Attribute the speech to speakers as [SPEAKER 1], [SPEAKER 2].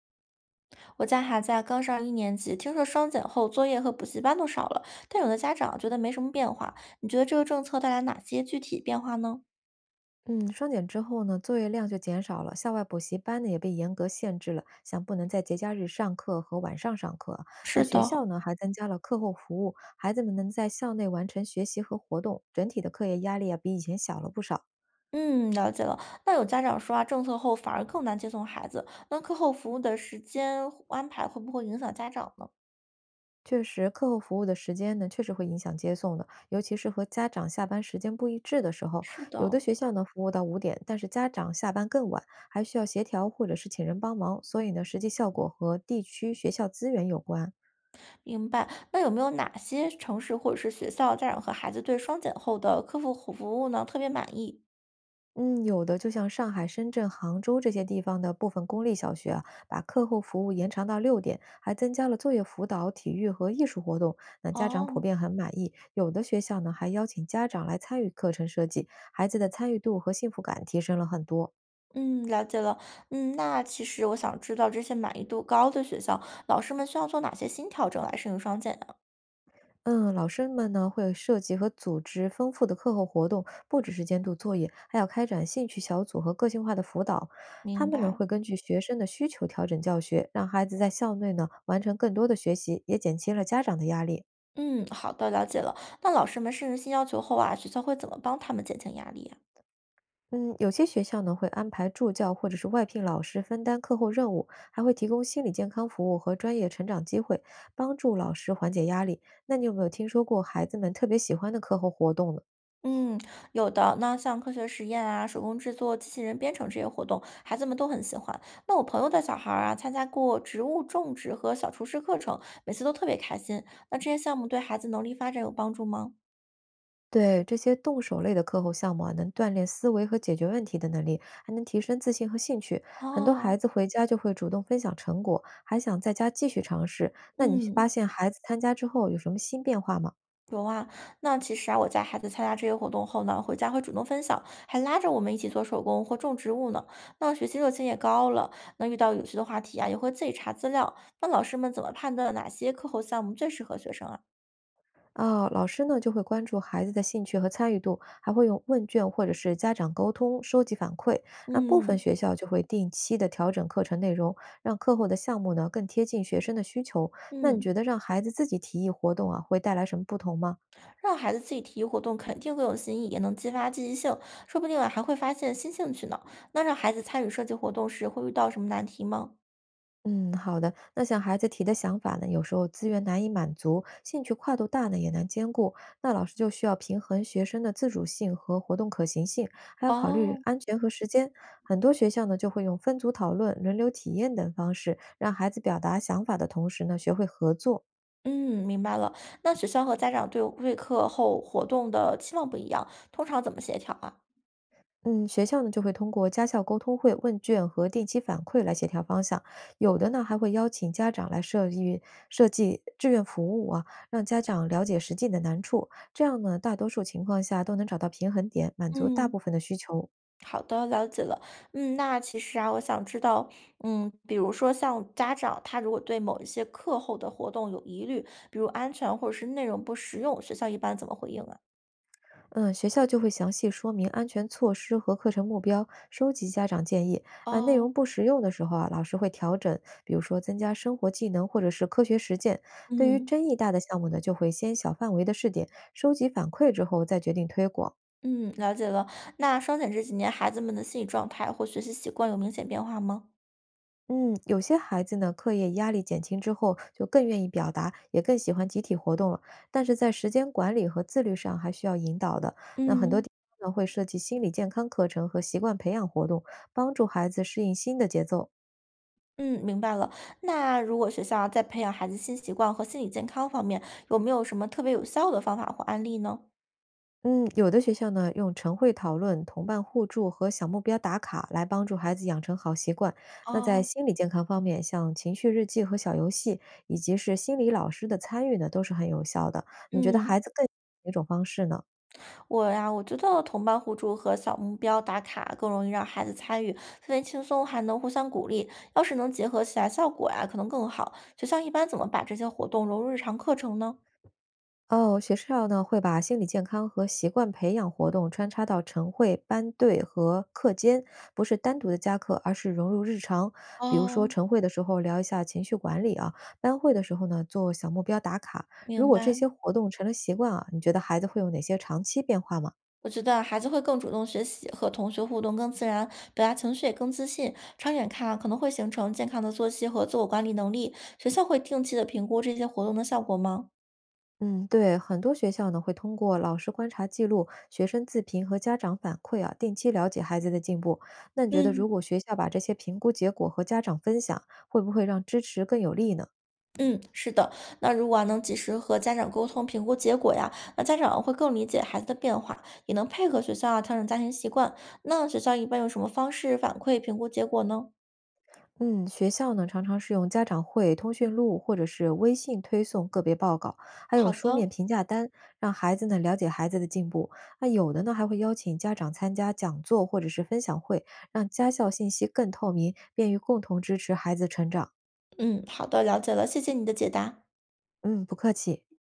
[SPEAKER 1] 我家孩子啊，刚上一年级，听说双减后作业和补习班都少了，但有的家长觉得没什么变化。你觉得这个政策带来哪些具体变化呢？
[SPEAKER 2] 嗯，双减之后呢，作业量就减少了，校外补习班呢也被严格限制了，像不能在节假日上课和晚上上课啊。那
[SPEAKER 1] 是
[SPEAKER 2] 学
[SPEAKER 1] 的，
[SPEAKER 2] 校呢还增加了课后服务，孩子们能在校内完成学习和活动，整体的课业压力啊比以前小了不少。
[SPEAKER 1] 嗯，了解了。那有家长说啊，政策后反而更难接送孩子，那课后服务的时间安排会不会影响家长呢？
[SPEAKER 2] 确实，课后服务的时间呢确实会影响接送的，尤其是和家长下班时间不一致的时候，
[SPEAKER 1] 是
[SPEAKER 2] 有的
[SPEAKER 1] 的，
[SPEAKER 2] 学校呢服务到5点，但是家长下班更晚，还需要协调或者是请人帮忙，所以呢实际效果和地区学校资源有关。
[SPEAKER 1] 明白。那有没有哪些城市或者是学校家长和孩子对双减后的课后服务呢特别满意？
[SPEAKER 2] 嗯，有的，就像上海、深圳、杭州这些地方的部分公立小学啊，把课后服务延长到6点，还增加了作业辅导、体育和艺术活动。那家长普
[SPEAKER 1] 哦，
[SPEAKER 2] 遍很满意。有的学校呢，还邀请家长来参与课程设计，孩子的参与度和幸福感提升了很多。
[SPEAKER 1] 嗯，了解了。那其实我想知道这些满意度高的学校，老师们需要做哪些新调整来适应双减呢？
[SPEAKER 2] 嗯，老师们呢会设计和组织丰富的课后活动，不只是监督作业，还要开展兴趣小组和个性化的辅导。他
[SPEAKER 1] 明
[SPEAKER 2] 们呢
[SPEAKER 1] 白。
[SPEAKER 2] 会根据学生的需求调整教学，让孩子在校内呢完成更多的学习，也减轻了家长的压力。
[SPEAKER 1] 嗯，好的，了解了。那老师们适应新要求后啊，学校会怎么帮他们减轻压力呀？
[SPEAKER 2] 嗯，有些学校呢会安排助教或者是外聘老师分担课后任务，还会提供心理健康服务和专业成长机会，帮助老师缓解压力。那你有没有听说过孩子们特别喜欢的课后活动呢？
[SPEAKER 1] 嗯，有的。那像科学实验啊、手工制作、机器人编程这些活动，孩子们都很喜欢。那我朋友的小孩儿啊，参加过植物种植和小厨师课程，每次都特别开心。那这些项目对孩子能力发展有帮助吗？
[SPEAKER 2] 对，这些动手类的课后项目啊，能锻炼思维和解决问题的能力，还能提升自信和兴趣。很多
[SPEAKER 1] 哦，
[SPEAKER 2] 孩子回家就会主动分享成果，还想在家继续尝试。那你发
[SPEAKER 1] 嗯。
[SPEAKER 2] 现孩子参加之后有什么新变化吗？
[SPEAKER 1] 有啊，那其实啊，我家孩子参加这些活动后呢，回家会主动分享，还拉着我们一起做手工或种植物呢。那学习热情也高了，那遇到有趣的话题啊，也会自己查资料。那老师们怎么判断哪些课后项目最适合学生啊？
[SPEAKER 2] 啊、老师呢就会关注孩子的兴趣和参与度，还会用问卷或者是家长沟通收集反馈。那部分
[SPEAKER 1] 嗯
[SPEAKER 2] 学校就会定期的调整课程内容，让课后的项目呢更贴近学生的需求。那你
[SPEAKER 1] 嗯，
[SPEAKER 2] 觉得让孩子自己提议活动啊，会带来什么不同吗？
[SPEAKER 1] 让孩子自己提议活动，肯定更有新意，也能激发积极性，说不定啊还会发现新兴趣呢。那让孩子参与设计活动时，会遇到什么难题吗？
[SPEAKER 2] 嗯，好的。那像孩子提的想法呢，有时候资源难以满足，兴趣跨度大呢也难兼顾。那老师就需要平衡学生的自主性和活动可行性，还要考虑
[SPEAKER 1] 哦，
[SPEAKER 2] 安全和时间。很多学校呢就会用分组讨论、轮流体验等方式，让孩子表达想法的同时呢，学会合作。
[SPEAKER 1] 嗯，明白了。那学校和家长对会课后活动的期望不一样，通常怎么协调啊？
[SPEAKER 2] 嗯，学校呢就会通过家校沟通会、问卷和定期反馈来协调方向，有的呢还会邀请家长来设计志愿服务啊，让家长了解实际的难处，这样呢大多数情况下都能找到平衡点，满足大
[SPEAKER 1] 嗯，
[SPEAKER 2] 部分的需求。
[SPEAKER 1] 好的，了解了。嗯，那其实啊，我想知道，比如说像家长他如果对某一些课后的活动有疑虑，比如安全或者是内容不实用，学校一般怎么回应啊？
[SPEAKER 2] 嗯，学校就会详细说明安全措施和课程目标，收集家长建议。啊，内容
[SPEAKER 1] 哦，
[SPEAKER 2] 不实用的时候啊，老师会调整，比如说增加生活技能或者是科学实践。对于
[SPEAKER 1] 嗯
[SPEAKER 2] 争议大的项目呢，就会先小范围的试点，收集反馈之后再决定推广。
[SPEAKER 1] 嗯，了解了。那双减这几年孩子们的心理状态或学习习惯有明显变化吗？
[SPEAKER 2] 嗯，有些孩子呢，课业压力减轻之后，就更愿意表达，也更喜欢集体活动了。但是在时间管理和自律上，还需要引导的。那很多
[SPEAKER 1] 嗯。
[SPEAKER 2] 地方呢，会设计心理健康课程和习惯培养活动，帮助孩子适应新的节奏。
[SPEAKER 1] 嗯，明白了。那如果学校啊在培养孩子新习惯和心理健康方面，有没有什么特别有效的方法或案例呢？
[SPEAKER 2] 嗯，有的学校呢，用晨会讨论、同伴互助和小目标打卡来帮助孩子养成好习惯。那在
[SPEAKER 1] 哦，
[SPEAKER 2] 心理健康方面，像情绪日记和小游戏，以及是心理老师的参与呢，都是很有效的。你觉得
[SPEAKER 1] 嗯，
[SPEAKER 2] 孩子更喜欢哪种方式呢？
[SPEAKER 1] 我觉得同伴互助和小目标打卡更容易让孩子参与，氛围轻松，还能互相鼓励。要是能结合起来，效果呀可能更好。学校一般怎么把这些活动融入日常课程呢？
[SPEAKER 2] 哦，学校呢会把心理健康和习惯培养活动穿插到晨会、班队和课间，不是单独的加课，而是融入日常。比如说
[SPEAKER 1] 哦，
[SPEAKER 2] 晨会的时候聊一下情绪管理啊，班会的时候呢做小目标打卡。如
[SPEAKER 1] 明
[SPEAKER 2] 果这
[SPEAKER 1] 白。
[SPEAKER 2] 些活动成了习惯啊，你觉得孩子会有哪些长期变化吗？
[SPEAKER 1] 我觉得啊孩子会更主动学习，和同学互动更自然，表达情绪也更自信。长远看啊，可能会形成健康的作息和自我管理能力。学校会定期的评估这些活动的效果吗？
[SPEAKER 2] 嗯，对，很多学校呢会通过老师观察记录、学生自评和家长反馈啊，定期了解孩子的进步。那你觉得，如
[SPEAKER 1] 嗯，
[SPEAKER 2] 果学校把这些评估结果和家长分享，会不会让支持更有力呢？
[SPEAKER 1] 嗯，是的。那如果啊能及时和家长沟通评估结果呀，那家长会更理解孩子的变化，也能配合学校啊调整家庭习惯。那学校一般用什么方式反馈评估结果呢？
[SPEAKER 2] 嗯，学校呢常常是用家长会、通讯录或者是微信推送个别报告，还有
[SPEAKER 1] 好
[SPEAKER 2] 书
[SPEAKER 1] 的，
[SPEAKER 2] 面评价单，让孩子呢了解孩子的进步。那有的呢还会邀请家长参加讲座或者是分享会，让家校信息更透明，便于共同支持孩子成长。
[SPEAKER 1] 嗯，好的，了解了，谢谢你的解答。
[SPEAKER 2] 嗯，不客气。